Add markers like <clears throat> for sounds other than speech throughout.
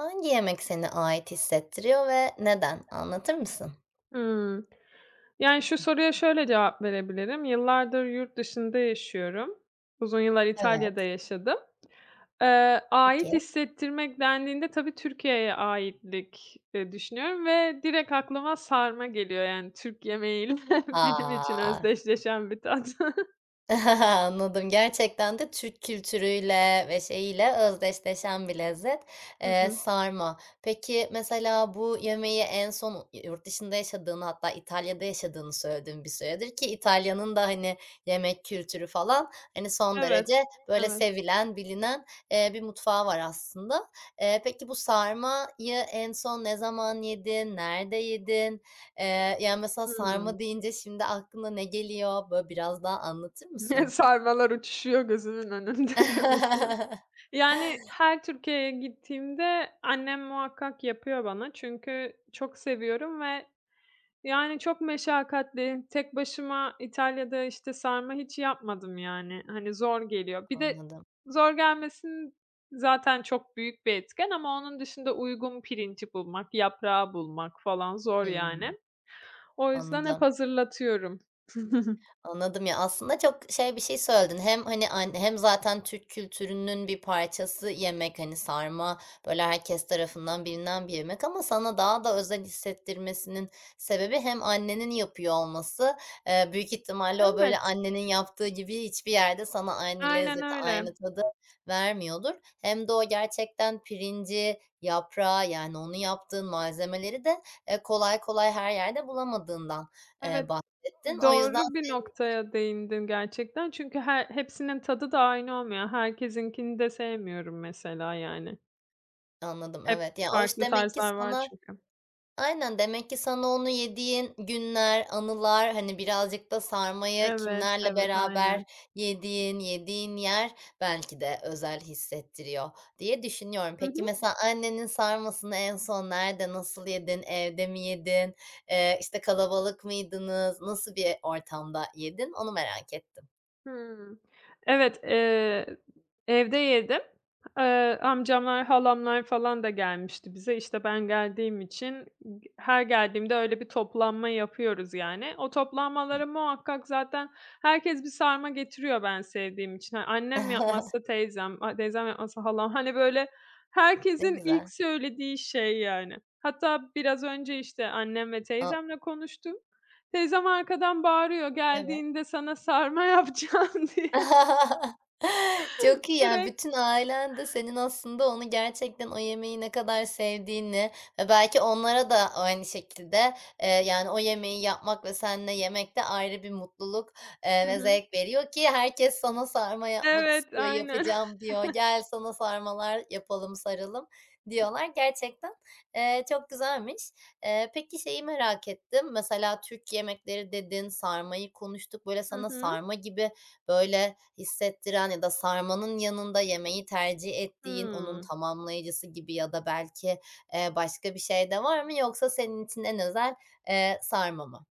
Hangi yemek seni ait hissettiriyor ve neden? Anlatır mısın? Hımm. Şu soruya şöyle cevap verebilirim. Yıllardır yurt dışında yaşıyorum. Uzun yıllar İtalya'da Evet. yaşadım. Ait Peki. hissettirmek dendiğinde tabii Türkiye'ye aitlik, düşünüyorum ve direkt aklıma sarma geliyor. Yani, Türk yemeğiyle <laughs> benim için A! özdeşleşen bir tat. <laughs> <laughs> Anladım. Gerçekten de Türk kültürüyle ve şeyiyle özdeşleşen bir lezzet, Hı hı. sarma. Peki, mesela bu yemeği en son yurt dışında yaşadığını hatta İtalya'da yaşadığını söyledin bir süredir ki İtalya'nın da, hani, yemek kültürü falan, hani, son Evet, derece böyle evet. sevilen, bilinen, bir mutfağı var aslında. Peki, bu sarmayı en son ne zaman yedin? Nerede yedin? Yani, mesela Hımm. sarma deyince şimdi aklına ne geliyor? Böyle biraz daha anlatır <laughs> mısın? Sarmalar uçuşuyor gözümün önünde <laughs> diyormuşum. <laughs> Yani, her Türkiye'ye gittiğimde annem muhakkak yapıyor bana çünkü çok seviyorum yani, çok meşakkatli. Tek başıma İtalya'da, işte, sarma hiç yapmadım, yani. Hani, zor geliyor. Bir de Anladım. zor gelmesin zaten çok büyük bir etken ama onun dışında uygun pirinci bulmak, yaprağı bulmak falan zor, yani. Hımm. O yüzden hep Anladım. hazırlatıyorum. <laughs> Anladım ya. Aslında çok şey bir şey söyledin. Hem, hani, hem zaten Türk kültürünün bir parçası yemek, hani, sarma, böyle, herkes tarafından bilinen bir yemek ama sana daha da özel hissettirmesinin sebebi hem annenin yapıyor olması. Büyük ihtimalle o, böyle, Evet, annenin yaptığı gibi hiçbir yerde sana aynı aynen lezzeti, öyle. aynı tadı vermiyordur. Hem de o gerçekten pirinci, yaprağı, yani, onu yaptığın malzemeleri de, kolay kolay her yerde bulamadığından, Evet. bahsettin. O yüzden. Doğru bir noktaya değindin gerçekten. Çünkü her hepsinin tadı da aynı olmuyor. Herkesinkini de sevmiyorum mesela yani. Anladım, Hep evet. Ya, o iş farklı demek ki tarzlar var sana. çünkü. Aynen, demek ki sana onu yediğin günler, anılar, hani, birazcık da sarmayı Evet, kimlerle evet, aynen. beraber yediğin, yediğin yer belki de özel hissettiriyor diye düşünüyorum. Hı Peki, hı. mesela annenin sarmasını en son nerede, nasıl yedin, evde mi yedin, işte, kalabalık mıydınız, nasıl bir ortamda yedin, onu merak ettim. Hımm. Evet, evde yedim. Amcamlar, halamlar falan da gelmişti bize. İşte, ben geldiğim için her geldiğimde öyle bir toplanma yapıyoruz yani. O Hı. toplanmalara muhakkak zaten herkes bir sarma getiriyor ben sevdiğim için. Hani, annem yapmazsa <laughs> teyzem, a teyzem yapmazsa halam. Hani, böyle Ne herkesin ilk güzel. söylediği şey yani. Hatta biraz önce, işte, annem ve A, teyzemle konuştum. Teyzem arkadan bağırıyor, evet. "Geldiğinde sana sarma <laughs> yapacağım." diye. <laughs> Çok iyi, yani Direkt bütün ailen de senin aslında onu gerçekten o yemeği ne kadar sevdiğini ve belki onlara da aynı şekilde, yani o yemeği yapmak ve seninle yemek de ayrı bir mutluluk, hı ve hı. zevk veriyor ki herkes sana sarma yapmak Evet, istiyor, aynen. yapacağım diyor, gel sana sarmalar yapalım, saralım diyorlar. Gerçekten, çok güzelmiş. Peki şeyi merak ettim, mesela Türk yemekleri dedin, sarmayı konuştuk. Böyle Hı sana hı. sarma gibi böyle hissettiren ya da sarmanın yanında yemeği tercih ettiğin onun Hıı. tamamlayıcısı gibi ya da belki, başka bir şey de var mı, yoksa senin için en özel, sarma mı?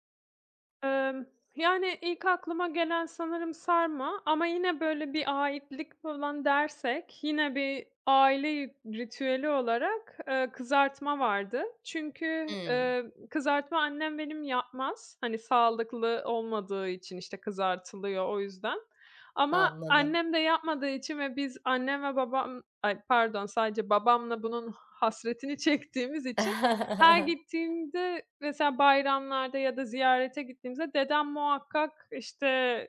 Emm, yani, ilk aklıma gelen sanırım sarma ama yine, böyle, bir aitlik falan dersek yine bir aile ritüeli olarak, kızartma vardı. Çünkü, Hımm, kızartma annem benim yapmaz. Hani, sağlıklı olmadığı için, işte, kızartılıyor o yüzden ama anladım. annem de yapmadığı için ve biz annem ve babam ay, pardon, sadece babamla bunun hasretini <laughs> çektiğimiz için her <laughs> gittiğimde mesela bayramlarda ya da ziyarete gittiğimizde dedem muhakkak, işte,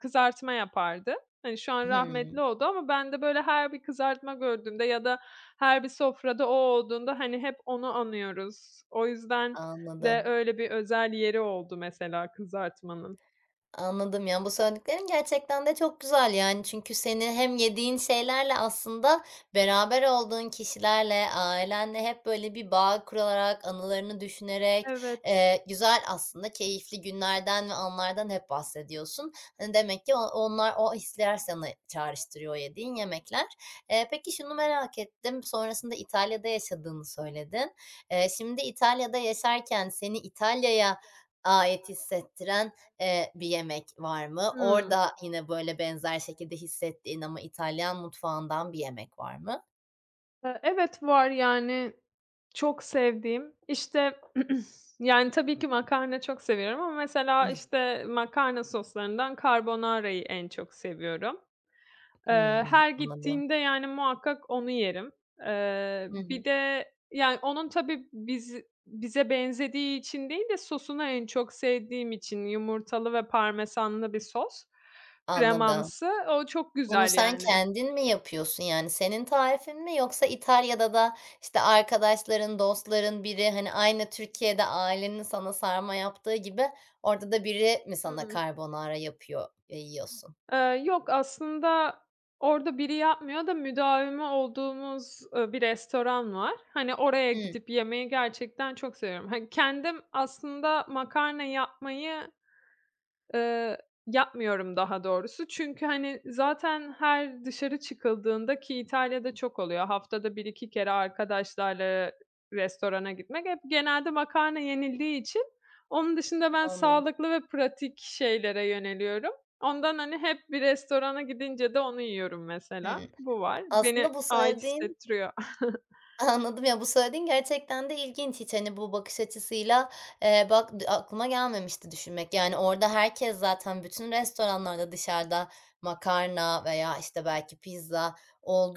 kızartma yapardı. Hani, şu an rahmetli Hımm, oldu ama ben de, böyle, her bir kızartma gördüğümde ya da her bir sofrada o olduğunda, hani, hep onu anıyoruz. O yüzden de anladım. öyle bir özel yeri oldu mesela kızartmanın. Anladım. Yani, bu söylediklerin gerçekten de çok güzel, yani, çünkü seni hem yediğin şeylerle aslında beraber olduğun kişilerle, ailenle hep böyle bir bağ kurarak, anılarını düşünerek, Evet. Güzel aslında keyifli günlerden ve anlardan hep bahsediyorsun. Hani, demek ki onlar o hisler sana çağrıştırıyor yediğin yemekler. Peki şunu merak ettim, sonrasında İtalya'da yaşadığını söyledin. Şimdi İtalya'da yaşarken seni İtalya'ya ait hissettiren bir yemek var mı? Hıı. Orada yine böyle benzer şekilde hissettiğin ama İtalyan mutfağından bir yemek var mı? Evet, var, yani, çok sevdiğim, işte, <clears throat> yani, tabii ki makarna çok seviyorum ama mesela, <laughs> işte, makarna soslarından carbonara'yı en çok seviyorum. Hımm, Her anladım. gittiğimde, yani, muhakkak onu yerim. Eee, Hı bir hı. de, yani, onun tabii bize benzediği için değil de sosunu en çok sevdiğim için yumurtalı ve parmesanlı bir sos, Anladım. kremamsı. O çok Bunu güzel, sen yani. kendin mi yapıyorsun? Yani senin tarifin mi, yoksa İtalya'da da, işte, arkadaşların, dostların biri, hani, aynı Türkiye'de ailenin sana sarma yaptığı gibi orada da biri mi sana Hı. carbonara yapıyor ve yiyorsun? Yok, aslında orada biri yapmıyor da müdavimi olduğumuz, bir restoran var. Hani, oraya Hımm, gidip yemeyi gerçekten çok seviyorum. Hani, kendim aslında makarna yapmayı Eee, yapmıyorum daha doğrusu. Çünkü, hani, zaten her dışarı çıkıldığında ki İtalya'da çok oluyor, haftada bir iki kere arkadaşlarla restorana gitmek, hep genelde makarna yenildiği için onun dışında ben anladım. sağlıklı ve pratik şeylere yöneliyorum. Ondan, hani, hep bir restorana gidince de onu yiyorum mesela. Hımm. Bu var. Beni Aslında bu ait söylediğin hissettiriyor. Anladım. Ya, bu söylediğin gerçekten de ilginç. Hiç, hani, bu bakış açısıyla, bak aklıma gelmemişti düşünmek. Yani, orada herkes zaten bütün restoranlarda dışarıda makarna veya, işte, belki pizza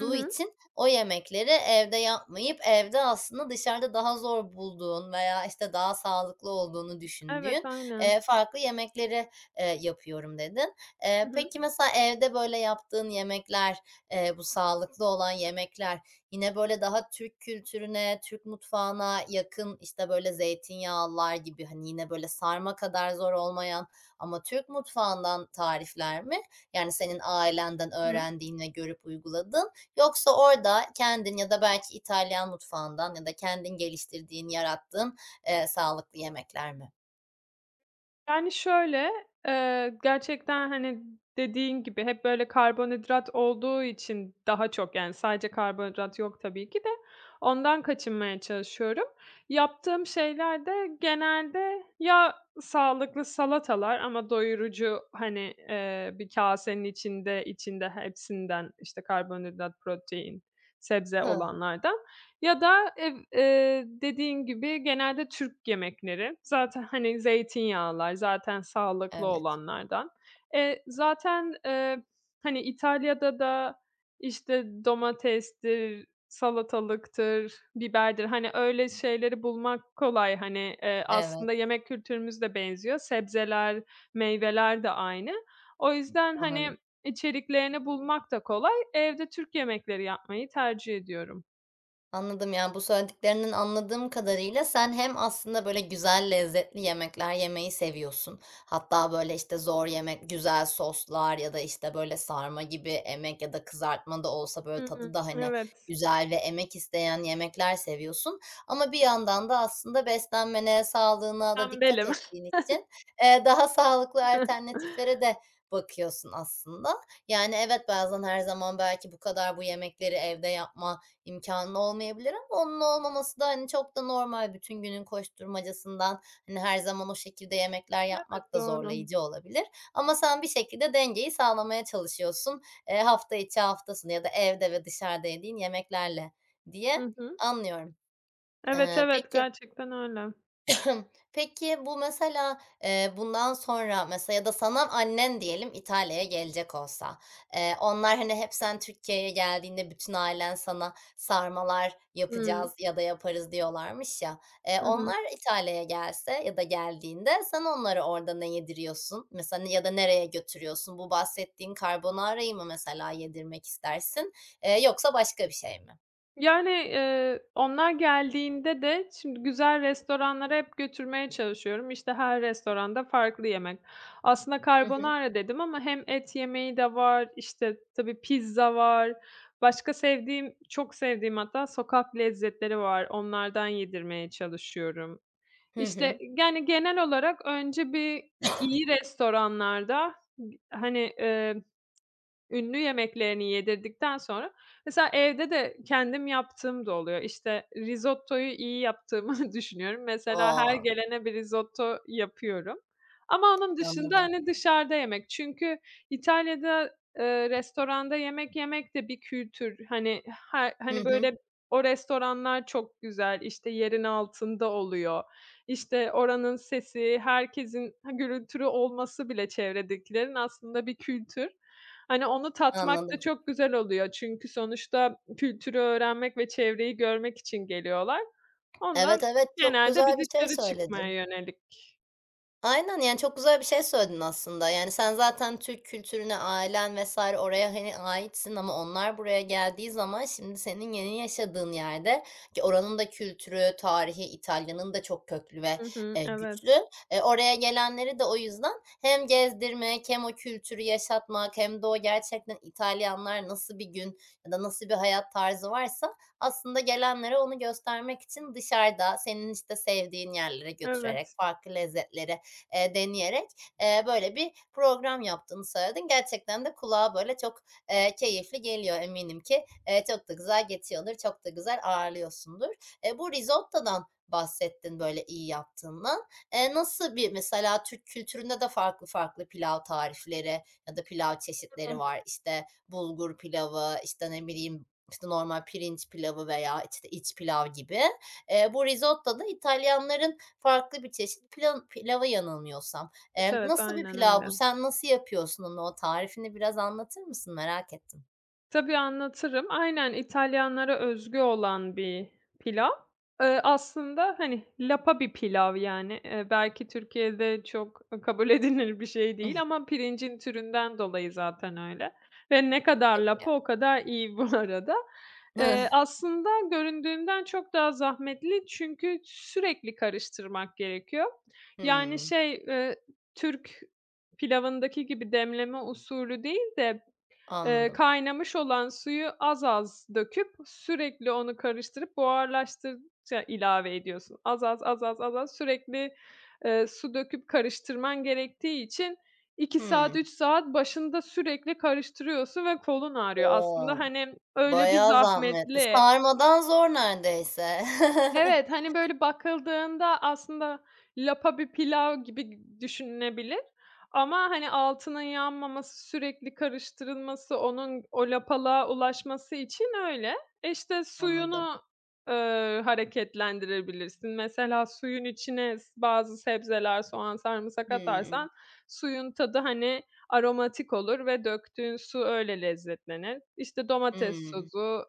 <laughs> Hı hı. için o yemekleri evde yapmayıp evde aslında dışarıda daha zor bulduğun veya, işte, daha sağlıklı olduğunu Evet, düşündüğün, aynen. Farklı yemekleri, yapıyorum dedin. Hı Eee, hı. peki, mesela evde böyle yaptığın yemekler, bu sağlıklı olan yemekler yine böyle daha Türk kültürüne, Türk mutfağına yakın, işte, böyle zeytinyağlılar gibi, hani, yine böyle sarma kadar zor olmayan ama Türk mutfağından tarifler mi? Yani senin ailenden öğrendiğin ve görüp uyguladığın, yoksa orada kendin ya da belki İtalyan mutfağından ya da kendin geliştirdiğin, yarattığın, sağlıklı yemekler mi? Yani, şöyle, gerçekten, hani, dediğin gibi hep böyle karbonhidrat olduğu için daha çok, yani, sadece karbonhidrat yok tabii ki de ondan kaçınmaya çalışıyorum. Yaptığım şeyler de genelde ya sağlıklı salatalar ama doyurucu, hani, bir kasenin içinde, hepsinden, işte, karbonhidrat, protein, sebze Hıh. olanlardan ya da ev dediğin gibi genelde Türk yemekleri. Zaten, hani, zeytinyağlılar, zaten sağlıklı Evet. olanlardan. Eee, zaten, eee, hani, İtalya'da da, işte, domatestir, salatalıktır, biberdir, hani, öyle şeyleri bulmak kolay. Hani, Evet, aslında yemek kültürümüz de benziyor. Sebzeler, meyveler de aynı. O yüzden, hani, anladım. içeriklerini bulmak da kolay. Evde Türk yemekleri yapmayı tercih ediyorum. Anladım. Yani, bu söylediklerinden anladığım kadarıyla sen hem aslında böyle güzel, lezzetli yemekler yemeyi seviyorsun. Hatta, böyle, işte, zor yemek, güzel soslar ya da, işte, böyle, sarma gibi emek ya da kızartma da olsa, böyle, Hımm, tadı da, hani, evet. güzel ve emek isteyen yemekler seviyorsun. Ama bir yandan da aslında beslenmene, sağlığına da dikkat Tembelim. ettiğin için, daha sağlıklı <laughs> alternatiflere de bakıyorsun aslında. Yani, evet, bazen her zaman belki bu kadar bu yemekleri evde yapma İmkânı olmayabilir ama onun olmaması da, hani, çok da normal. Bütün günün koşturmacasından, hani, her zaman o şekilde yemekler yapmak Evet, da doğru. zorlayıcı olabilir, ama sen bir şekilde dengeyi sağlamaya çalışıyorsun, hafta içi, hafta sonu ya da evde ve dışarıda yediğin yemeklerle diye Hı hı. anlıyorum. Evet, Eee, evet, peki gerçekten öyle. <clears throat> Peki bu mesela, bundan sonra mesela ya da sana annen diyelim İtalya'ya gelecek olsa, onlar, hani, hep sen Türkiye'ye geldiğinde bütün ailen sana sarmalar Hıı. yapacağız ya da yaparız diyorlarmış ya. Eee, Hı hı. onlar İtalya'ya gelse ya da geldiğinde sen onları orada ne yediriyorsun? Mesela ya da nereye götürüyorsun? Bu bahsettiğin carbonara'yı mı mesela yedirmek istersin, yoksa başka bir şey mi? Yani, onlar geldiğinde de şimdi güzel restoranlara hep götürmeye çalışıyorum. İşte, her restoranda farklı yemek. Aslında Hı hı. carbonara dedim ama hem et yemeği de var, işte, tabii pizza var. Başka sevdiğim, çok sevdiğim hatta sokak lezzetleri var. Onlardan yedirmeye çalışıyorum. Hı İşte, hı. yani, genel olarak önce bir iyi <coughs> restoranlarda, hani, ünlü yemeklerini yedirdikten sonra mesela evde de kendim yaptığım da oluyor. İşte, risottoyu iyi yaptığımı <laughs> düşünüyorum. Mesela her O! gelene bir risotto yapıyorum ama onun dışında, Anladım. hani, dışarıda yemek. Çünkü İtalya'da, restoranda yemek yemek de bir kültür. Hani, her Hı hani, hı. böyle, o restoranlar çok güzel, işte, yerin altında oluyor. İşte, oranın sesi, herkesin ha, gürültülü olması bile çevredekilerin aslında bir kültür. Hani, onu tatmak da Anladım. çok güzel oluyor çünkü sonuçta kültürü öğrenmek ve çevreyi görmek için geliyorlar. Ondan Evet, evet, çok genelde güzel bir bir şey dışarı çıkmaya söyledin. yönelik. Aynen, yani, çok güzel bir şey söyledin aslında. Yani, sen zaten Türk kültürüne, ailen vesaire oraya, hani, aitsin, ama onlar buraya geldiği zaman şimdi senin yeni yaşadığın yerde ki oranın da kültürü, tarihi, İtalya'nın da çok köklü ve, Hı hı. Güçlü. Evet. Oraya gelenleri de o yüzden hem gezdirmek hem o kültürü yaşatmak hem de o gerçekten İtalyanlar nasıl bir gün ya da nasıl bir hayat tarzı varsa aslında gelenlere onu göstermek için dışarıda senin, işte, sevdiğin yerlere götürerek, Evet. farklı lezzetlere deneyerek, böyle bir program yaptığını söyledin. Gerçekten de kulağa böyle çok, keyifli geliyor eminim ki. Çok da güzel geçiyordur, çok da güzel ağırlıyorsundur. Bu risottodan bahsettin böyle iyi yaptığından. Nasıl bir, mesela Türk kültüründe de farklı farklı pilav tarifleri ya da pilav Hı, çeşitleri var. İşte bulgur pilavı, işte, ne bileyim, işte, normal pirinç pilavı veya, işte, iç pilav gibi. Bu risottoda İtalyanların farklı bir çeşit pilava yanılmıyorsam. evet, Eee, evet. nasıl bir Aynen pilav öyle. bu? Sen nasıl yapıyorsun onu? O tarifini biraz anlatır mısın? Merak ettim. Tabii, anlatırım. Aynen, İtalyanlara özgü olan bir pilav. Aslında, hani, lapa bir pilav, yani. Belki Türkiye'de çok kabul <laughs> edilir bir şey Hıh. değil ama pirincin türünden dolayı zaten öyle ve ne kadar Peki. lapa <laughs> o kadar iyi bu <laughs> arada. Hıh. Aslında göründüğünden çok daha zahmetli çünkü sürekli karıştırmak gerekiyor. Yani, Hımm, şey, eee, Türk pilavındaki gibi demleme usulü değil de anladım. kaynamış olan suyu az az döküp sürekli onu karıştırıp buharlaştırdıkça ilave ediyorsun. Az az, az az, az az sürekli, su döküp karıştırman gerektiği için 2 saat, Hımm. 3 saat başında sürekli karıştırıyorsun ve kolun ağrıyor. O! Aslında, hani, öyle bir Bayağı zahmetli. zahmetli Sarmadan zor neredeyse. evet, <laughs> hani, böyle, bakıldığında aslında lapa bir pilav gibi düşünülebilir ama, hani, altının yanmaması, sürekli karıştırılması, onun o lapalığa ulaşması için öyle. E, işte, Anladım. suyunu, hareketlendirebilirsin. Mesela suyun içine bazı sebzeler, soğan, sarımsak Hımm. atarsan suyun tadı, hani, aromatik olur ve döktüğün su öyle lezzetlenir. İşte, domates Hımm. sosu,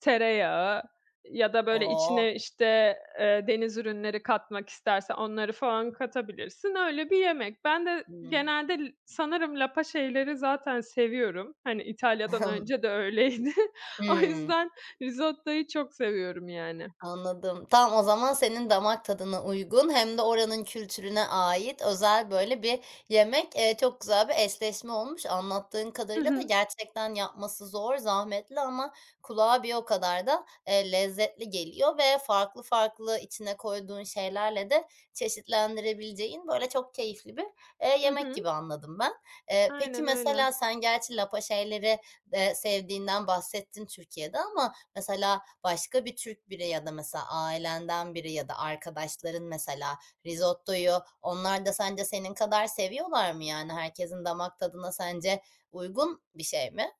tereyağı ya da, böyle, O! içine, işte, deniz ürünleri katmak istersen onları falan katabilirsin. Öyle bir yemek. Ben de Hımm. genelde sanırım lapa şeyleri zaten seviyorum. Hani, İtalya'dan önce <laughs> de öyleydi. <laughs> O Hımm. yüzden risottoyu çok seviyorum yani. Anladım. Tam o zaman senin damak tadına uygun hem de oranın kültürüne ait özel böyle bir yemek, çok güzel bir eşleşme olmuş. Anlattığın Hı kadarıyla da hı. gerçekten yapması zor, zahmetli ama kulağa bir o kadar da, lezzetli geliyor ve farklı farklı içine koyduğun şeylerle de çeşitlendirebileceğin böyle çok keyifli bir, Hı yemek hı. gibi anladım ben. Peki Aynen öyle. mesela sen gerçi lapa şeyleri, sevdiğinden bahsettin Türkiye'de, ama mesela başka bir Türk biri ya da mesela ailenden biri ya da arkadaşların mesela risottoyu, onlar da sence senin kadar seviyorlar mı? Yani herkesin damak tadına sence uygun bir şey mi?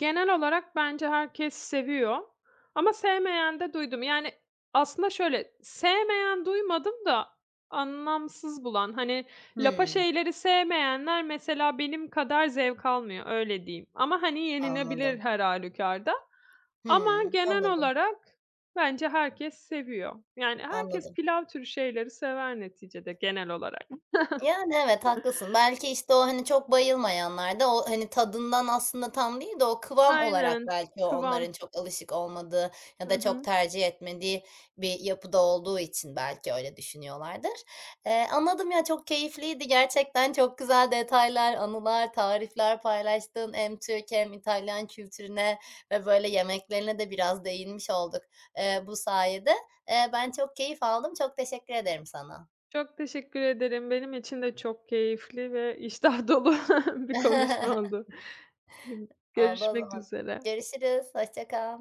Genel olarak bence herkes seviyor ama sevmeyen de duydum. Yani, aslında şöyle, sevmeyen duymadım da anlamsız bulan, hani, lapa Hımm, şeyleri sevmeyenler mesela benim kadar zevk almıyor, öyle diyeyim ama, hani, yenilebilir anladım. her halükarda. Ama Hımm, genel anladım, olarak bence herkes seviyor. Yani, herkes anladım. pilav türü şeyleri sever neticede genel olarak. Yani, evet, haklısın. Belki, işte, o, hani, çok bayılmayanlar da o, hani, tadından aslında tam değil de o kıvam olarak Aynen, belki o kıvam. onların çok alışık olmadığı ya Hı da çok hı. tercih etmediği bir yapıda olduğu için belki öyle düşünüyorlardır. Anladım ya, çok keyifliydi. Gerçekten çok güzel detaylar, anılar, tarifler paylaştın. Hem Türk hem İtalyan kültürüne ve böyle yemeklerine de biraz değinmiş olduk, bu sayede. Ben çok keyif aldım. Çok teşekkür ederim sana. Çok teşekkür ederim. Benim için de çok keyifli ve iştah dolu <laughs> bir konuşma <laughs> oldu. Oldu o Görüşmek zaman. üzere. Görüşürüz. Hoşça kal.